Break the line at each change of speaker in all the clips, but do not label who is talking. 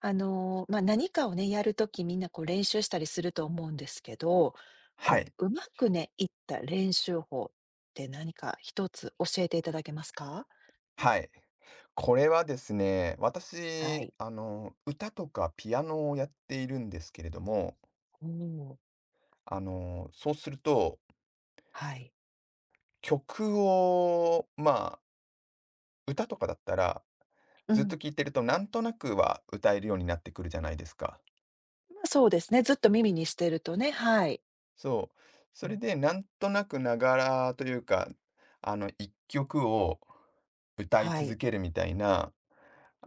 何かをね、やるときみんなこう練習したりすると思うんですけど、
は
こ
い、
う、うまくね、いった練習法って何か一つ教えていただけますか？
はい。これはですね、
は
私、
い。
歌とかピアノをやっているんですけれども、
おお、
そうすると、
はい。
曲を、歌とかだったら、
う
ずっと
ん。
聴いてると、なんとなくは歌えるようになってくるじゃないですか。
まあ、そうですね、ずっと耳にしてるとね、はい。
そう。そ
う
れ
ん、
で、なんとなくながらというか、一曲を歌い
は
続
い。
けるみたいな、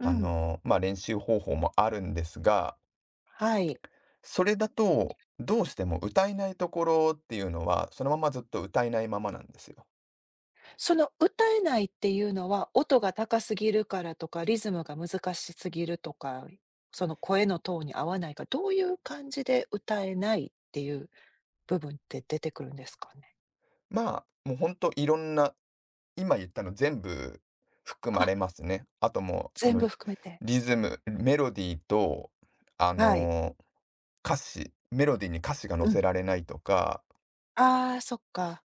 うん、
練習方法もあるんですが、
はい。
それだと、どうしても歌えないところっていうのは、そのままずっと歌えないままなんですよ。
その歌えないっていうのは、音が高すぎるからとか、リズムが難しすぎるとか、その声のトーンに合わないか、どういう感じで歌えないっていう部分って出てくるんですかね？
まもうほんといろんな、今言ったの全部含ま
あ、
れますね。あともう、そ
全部
の
含めて。
リズム、メロディーと、あ
はい。
の、歌詞、メロディーに歌詞が載
う
せ
ん。
られないとか、
ああ、そっか。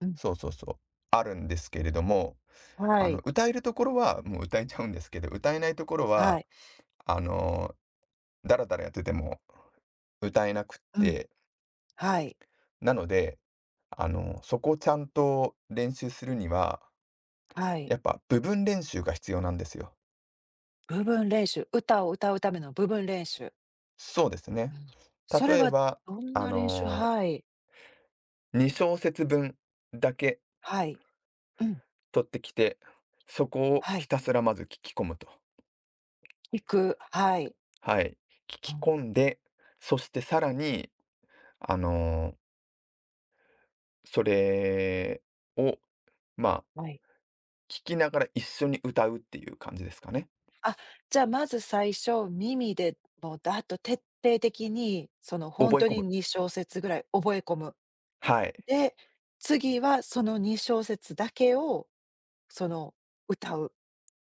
うん。
そうそうそう、あるんですけれども、
はい。
歌えるところはもう歌えちゃうんですけど、歌えないところ
は
は、
い。
あのダラダラやってても歌えなくっ
うん。
て、
はい。
なのでそこをちゃんと練習するには、
はい。
やっぱ部分練習が必要なんですよ。
部分練習、歌を歌うための部分練習。
そうです
う
ね。
ん。それ
例え
は
ば、
どん
あ
な練習
の
はい。
2小節分だけ
はい。うん。
取ってきて、そこを
は
ひ
い。
たすらまず聞き込むと。
聞く、はい。
はい。聞
う
き
ん、
込んで、そしてさらに、あのー、それを、まあ、
はい。
聞きながら一緒に歌うっていう感じですかね。
あ、じゃあ、まず最初、耳でもうだっと徹底的に、そのほん
覚え
と
込
に
む。
2小節ぐらい覚え込む。
はい。
で、次はその2小節だけを、その、歌う。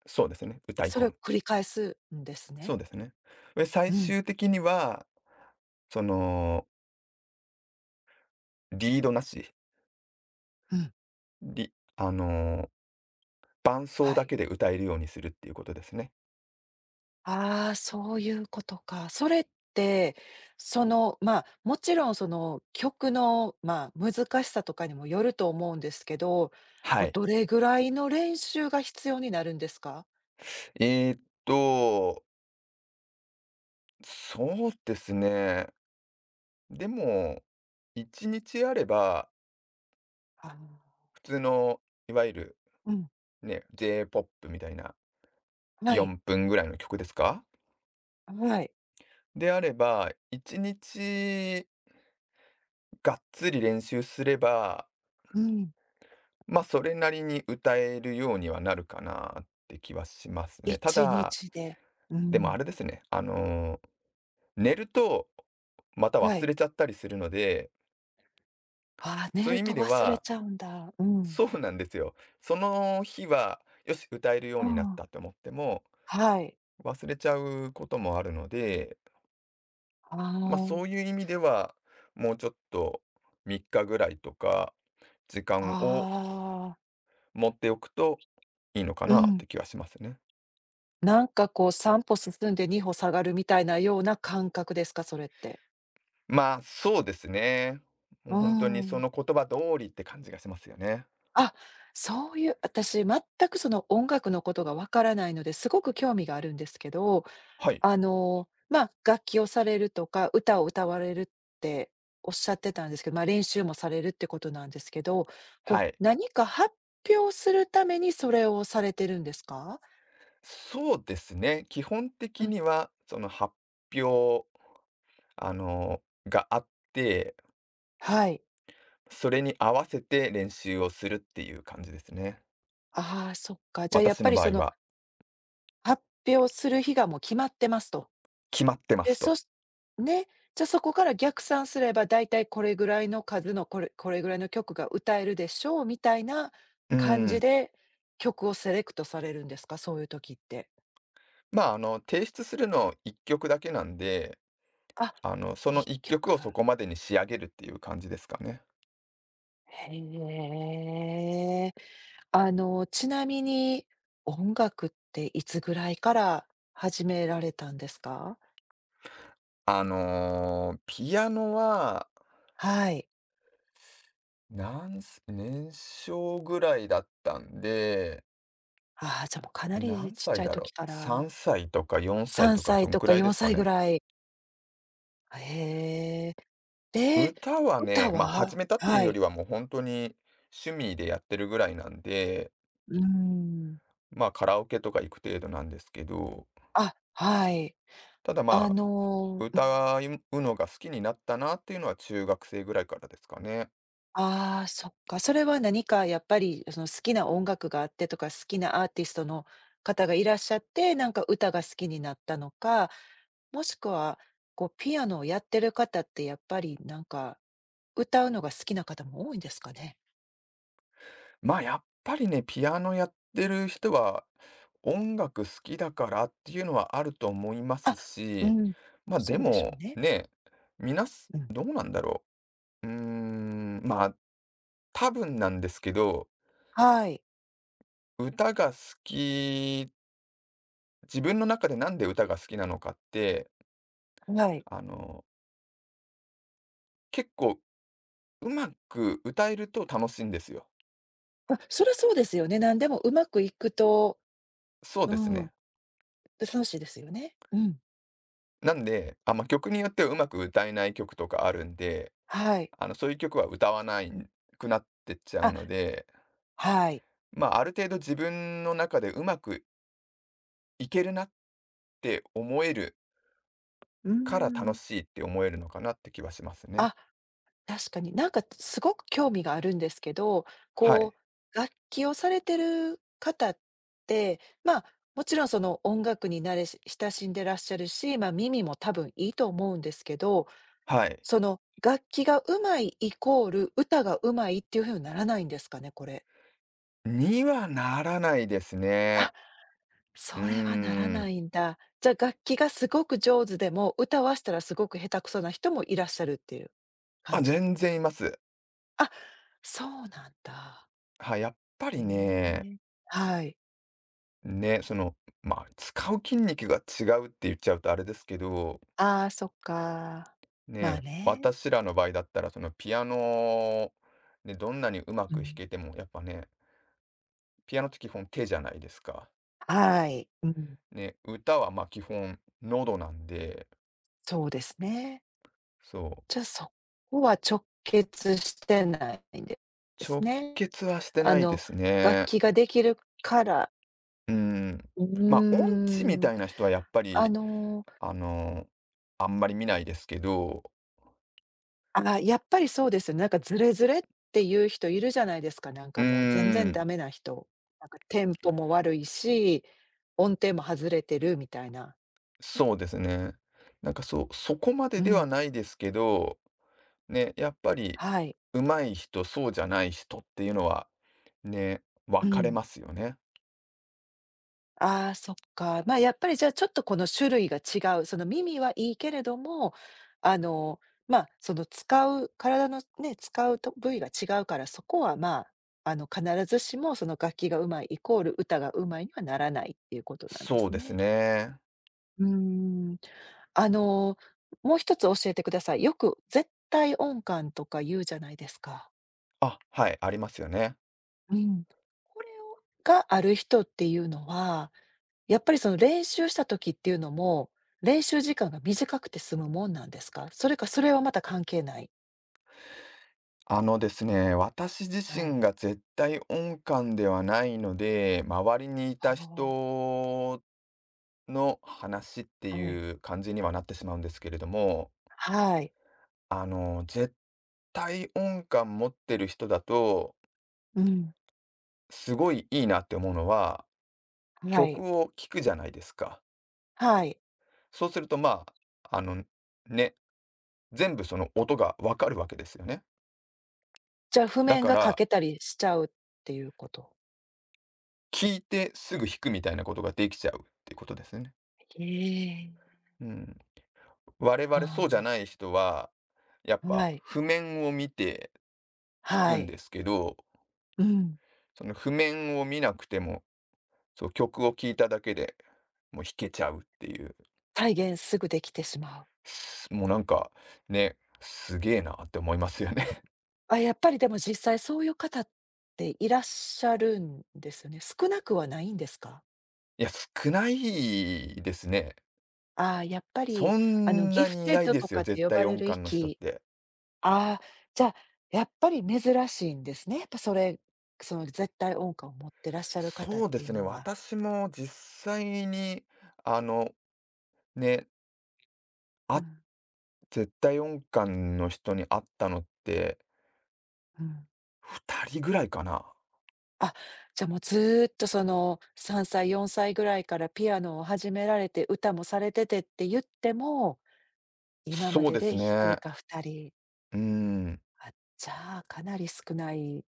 そうですね。歌い
そ
込
れを
む。
繰り返すんです
そ
ね。
うですね。で、最
うん、
終的にはその、リードなし、
うん、
りあの、伴奏
は
だ
い。
けで歌えるようにするっていうことですね。
ああ、そういうことか。それって、もちろんその曲の、まあ、難しさとかにもよると思うんですけど、
は
こう、
い。
どれぐらいの練習が必要になるんですか？
えーっと、そうですね。でも、一日あれば、
ああ、
普通の、いわゆる
うん、
ね、J-POP みたいな
はい、
4分ぐらいの曲ですか
はい、
であれば、一日がっつり練習すれば、
うん、
それなりに歌えるようにはなるかなって気はしますね。た
1
だ、
日で、う
でもあ
ん、
れですね、寝ると、また
は
忘
い。
れちゃったりするので、
ああ、寝
そうい
る
う意
と
味で
忘れ
は
ちゃうんだ。うん。
そうなんですよ。その日は、よし、歌えるよ
う
うになっ
ん。
たと思っても、
はい。
忘れちゃうこともあるので、そ
あ
ういう意味では、もうちょっと3日ぐらいとか、時間を
あ、ああ、
持っておくといいのか
う
なっ
ん。
て気はしますね。
なんかこう3歩進んで2歩下がるみたいなような感覚ですか？それって。
そうですね。
う
も
ー
う本当にそ
ん。
の言葉通りって感じがしますよね。
あ、そういう、私全くその音楽のことがわからないので、すごく興味があるんですけど、
はい。
楽器をされるとか、歌を歌われるっておっしゃってたんですけど、まあ、練習もされるってことなんですけど、こ
は
う、
い。
何か発表するためにそれをされてるんですか？
そうですね。基本
う
的
ん、
には、その発表、あの、があって、
はい。
それに合わせて練習をするっていう感じですね。
ああ、そっか。じゃあ、やっ
私
ぱ
の
りそ
場合
の、
は、
発表する日がもう決まってますと。
決まってま
で、
す
そ
と。
しね、じゃ、そこから逆算すれば、だいたいこれぐらいの数の、これこれぐらいの曲が歌えるでしょうみたいな
う
感じ
ん。
で、曲をセレクトされるんですか？そういう時って。
提出するの1曲だけなんで、
あ、
その
1
1曲
曲。
をそこまでに仕上げるっていう感じですかね。
へえ。あの、ちなみに、音楽っていつぐらいから始められたんですか？
ピアノは、
はい。
なんす、年少ぐらいだったんで、
ああ、じゃ、もうかなり
何
ちっち
歳
ゃい
だ
時
ろう。
から。
3歳とか4歳
3
とか、そ
歳
ん
と
く
か
らいで
4
すか
歳ぐ
ね。
らい。へえ。で、
歌は
歌
ね、始
は
めたっていう
は
よ
い。
りは、もう本当に趣味でやってるぐらいなんで、
うーん。
カラオケとか行く程度なんですけど、
あ、はい。
ただ、
あのうん。
歌うのが好きになったなっていうのは中学生ぐらいからですかね。
ああ、そっか。それは何かやっぱり、その、好きな音楽があってとか、好きなアーティストの方がいらっしゃって、なんか歌が好きになったのか、もしくは、こう、ピアノをやってる方ってやっぱり、なんか、歌うのが好きな方も多いんですかね？
やっぱりね、ピアノやってる人は、音楽好きだからっていうのはあると思いま
あ、
す
う
し、
ん、そ
で
うでしょう
も、
ね。
ね、みなす
うん。
どうなんだろう。うーん、多分なんですけど、
はい、
歌が好き自分の中でなんで歌が好きなのかって、
はい。
あの、結構うまく歌えると楽しいんですよ。
あ、そりゃそうですよね。何でもうまくいくと、
そう
う
です
ん、
ね。
楽しいですよね。うん、
なんで、曲によってはうまく歌えない曲とかあるんで、
はい。
そういう曲は歌わないくなってっちゃう
あ、
ので、
はい。
ある程度自分の中でうまくいけるなって思える
うー
から楽
ん。
しいって思えるのかなって気はしますね。
あ確かに、なんかすごく興味があるんですけど、
は
こ
い。
う、楽器をされてる方って、まあ、もちろんその音楽に慣れし親しんでらっしゃるし、ま、耳も多分いいと思うんですけど、
はい。
その楽器が上手いイコール歌が上手いっていう風にならないんですかね、これ。
にはならないです
あ、
ね。
そ
うー
れはならな
ん。
いんだ。じゃ、あ楽器がすごく上手でも、歌わしたらすごく下手くそな人もいらっしゃるっていう感
あ、
じ。
全然います。
あ、そうなんだ。
はい、やっぱ
へ
りね、
え、はい。
ね、その、使う筋肉が違うって言っちゃうとあれですけど、
ああ、そっか。まあ
ね、
ね。
私らの場合だったら、そのピアノ、ね、どんなにうま
う
く弾
ん。
けても、やっぱね、ピアノって基本手じゃないですか。
はい。うん。
ね、歌はまあ基本喉なんで、
そうですね。
そう、
じゃあ、そこは直結してないんでです
直
ね。
結はして
あ
ないで
の、
す
楽
ね。
器ができるから
うん。
う
音痴み
ーん。
たいな人はやっぱ
あ
り
の、
あの、あんまり見ないですけど、
あやっぱりそうですよね。なんかズレズレっていう人いるじゃないですか、なん
う
か
ー
もう全然ダ
ん、
メな人。なんかテンポも悪いし、音程も外れてるみたいな。
そうですね。なんかそう、そこま
う
ででは
ん、
ないですけど、ね、やっぱり
はい。
上手い人、そうじゃない人っていうのは、ね、
う
分かれ
ん。
ますよね。
ああ、そっか。まあ、やっぱりじゃあ、ちょっとこの種類が違う。その耳はいいけれども、あの、その使う体のね、使うと部位が違うから、そこはまあ、あの、必ずしもその楽器が上手いイコール歌が上手いにはならないっていうことなんで
そう
す
です
ね。
ね。
うーん。あの、もう一つ教えてください。よく絶対音感とか言うじゃないですか。
あ、はい、ありますよね。
うん。これをがある人っていうのはやっぱりその練習した時っていうのも、練習時間が短くて済むもんなんですか？それか、それはまた関係ない？
ですね、私自
はい。
身が絶対音感ではないので、周りにいた
は
人の話って
あ、はい。
いう感じにはなってしまうんですけれども、
はい。
絶対音感持ってる人だと、
うん。
すごいいいなって思うのは、
はい。
曲を聴くじゃないですか。
はい。
そうすると、あ、あの、ね、全部その音がわかるわけですよね。
じゃあ譜
だ
面
か
が欠け
ら、
たりしちゃうっていうこと？
聞いてすぐ弾くみたいなことができちゃうっていうことですね。
ええ。
うん。我々そうじゃ
は
ない人は、やっ
あ、は
ぱ
い。
譜面を見て弾
は
くん
い。
ですけど、
うん。
その譜面を見なくても、そう、曲を聴いただけでもう弾けちゃうっていう。
体現すぐできてしまう。
すもうなんか、ね、すげえなって思いますよね。
あ、やっぱりでも実際そういう方っていらっしゃるんですよね。少なくはないんですか？
いや、少ないですね。
ああ、やっぱり、
そ
あの、
ん
ギ
な
フ
にい
テッ
ない
ド
で
と
す
か
よ、
って
絶
呼ば
対
れ
音
る
感の人っ
域
て。
ああ、じゃあ、やっぱり珍しいんですね。やっぱそれ、その絶対音感を持ってらっしゃる方っ
そうで
ていう
すね、
のは。
私も実際に、あの、ね、
う
あ
ん、
絶対音感の人に会ったのって、
うん。
2人ぐらいかな。
あ、じゃあもうずっとその3歳、4歳ぐらいからピアノを始められて、歌もされててって言っても、今ま
そう
で
です
で1人
ね。
か2人。
うん。
あ、じゃあ、かなり少ない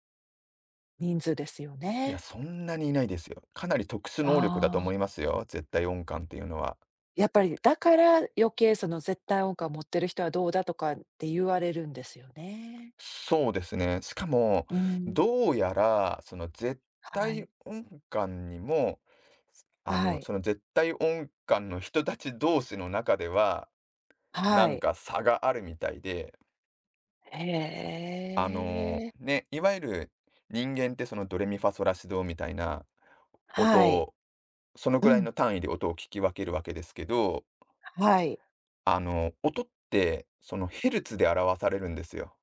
人数ですよ
いや、
ね。
そんなにいないですよ。かなり特殊能力だと
ああ
思いますよ、絶対音感っていうのは。
やっぱり、だから余計その絶対音感を持ってる人はどうだとかって言われるんですよね。
そうですね。しかも、
うん。
どうやら、その絶
は
対
い。
音感にも、
はい。
その絶対音感の人たち同士の中では、な
は
ん
い。
か差があるみたいで、
へえ。
いわゆる人間ってそのドレミファソラシドみたいな音
はい。
を、その
う
くらい
ん。
の単位で音を聞き分けるわけですけど、
はい。
音ってそのヘルツで表されるんですよ。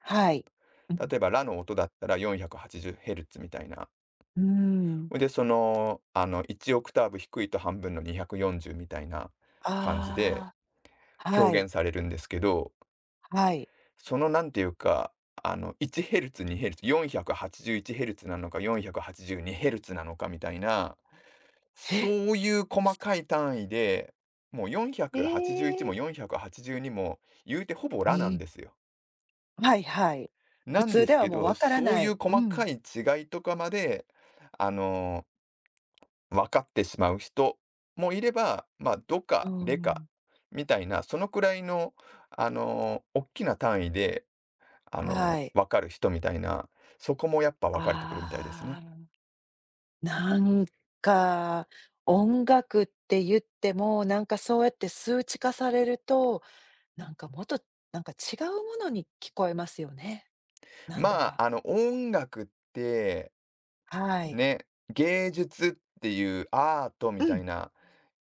はい。うん。
例えば、ラの音だったら 480Hz みたいな。
うーん。
で、その、1オクターブ低いと半分の240みたいな感じで
ああ、は
表
い。
現されるんですけど、
はい。
そのなんていうか、1ヘルツ、2ヘルツ、481ヘルツなのか、482ヘルツなのかみたいな、そ
え、
ういう細かい単位で、もう
え
481も
え。
482も言うてほぼ
う
ラなん
ん。
ですよ。
はいはい。普
なん
通
で
で
す
は
け
もう
ど、
わから
そう
な
いう
い。う
細
ん。
かい違いとかまで、あの分かってしまう人もいれば、ど
うー
かレか
ん。
みたいな、そのくらいの、大きな単位で、
はい。
分かる人みたいな、そこもやっぱ分かれてくるみたいです
あ
ね。
あ。なんか、音楽って言っても、なんかそうやって数値化されると、なんかもっと、なんか違うものに聞こえますよね、なんだか。
音楽って、
はい。
ね、芸術っていうアート
う
みた
ん、
いな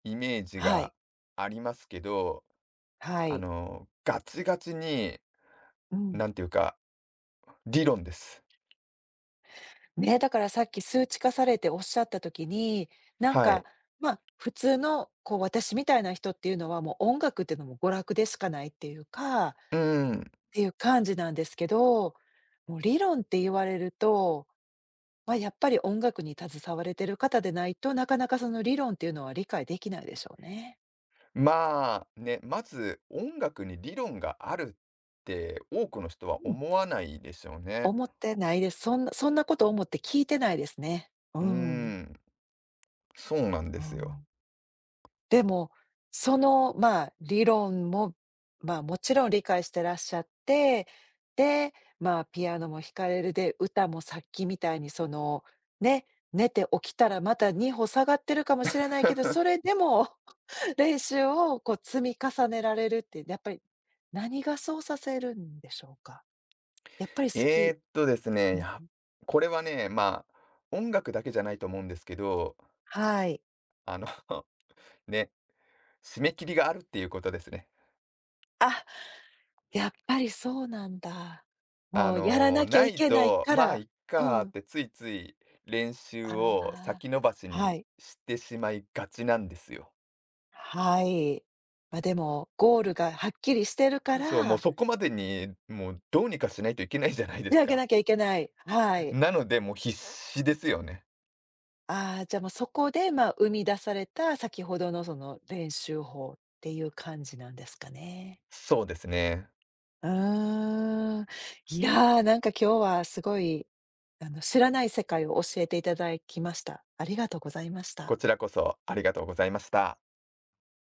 イメージ
は
が
い、
ありますけど、
はい。
ガチガチに、
うん。
なんていうか、理論です。
ね、だからさっき数値化されておっしゃった時に、なん
は
か、
い。
まあ、普通のこう私みたいな人っていうのは、もう音楽っていうのも娯楽でしかないっていうか、
う
っ
ん。
ていう感じなんですけど、もう理論って言われるとまあ、やっぱり音楽に携われてる方でないと、なかなかその理論っていうのは理解できないでしょうね。
ね、まず音楽に理論があるって多くの人は
うん。
思わないでしょうね。
思ってないです。そんなそんなこと思って聞いてないですね。う
うー
ん。
ん、そうなん
う
ですよ。
んでも、その、まあ、理論も、まあ、もちろん理解してらっしゃって、で、まあ、ピアノも弾かれる、で、歌もさっきみたいにその、ね、寝て起きたらまた2歩下がってるかもしれないけど、それでも練習をこう積み重ねられるって、やっぱり何がそうさせるんでしょうか？やっぱり好き
ですね、
うん、
これはね、音楽だけじゃないと思うんですけど、
はい。
あの ね、締め切りがあるっていうことですね。
あ、やっぱりそうなんだ。もうやらなきゃ
な
い
い
けない
と、
から
いっ
う
かーっ
ん。
てついつい練習
あ
を
あ、
先延ばし
は
に
い。
してしまいがちなんですよ。
はい。ま、でも、ゴールがはっきりしてるか
そう、もう
ら、
そこまでに、もうどうにかしないといけないじゃないで
仕
す
上げ
か。
なきゃいけない。はい。
なので、もう必死ですよね。
ああ、じゃあもうそこで、まあ、生み出された先ほどのその練習法っていう感じなんですかね。
そうですね。
ああ、いやー、なんか今日はすごい、あの、知らない世界を教えていただきました。ありがとうございまし
こ
た。
ちらこそありがとうございました。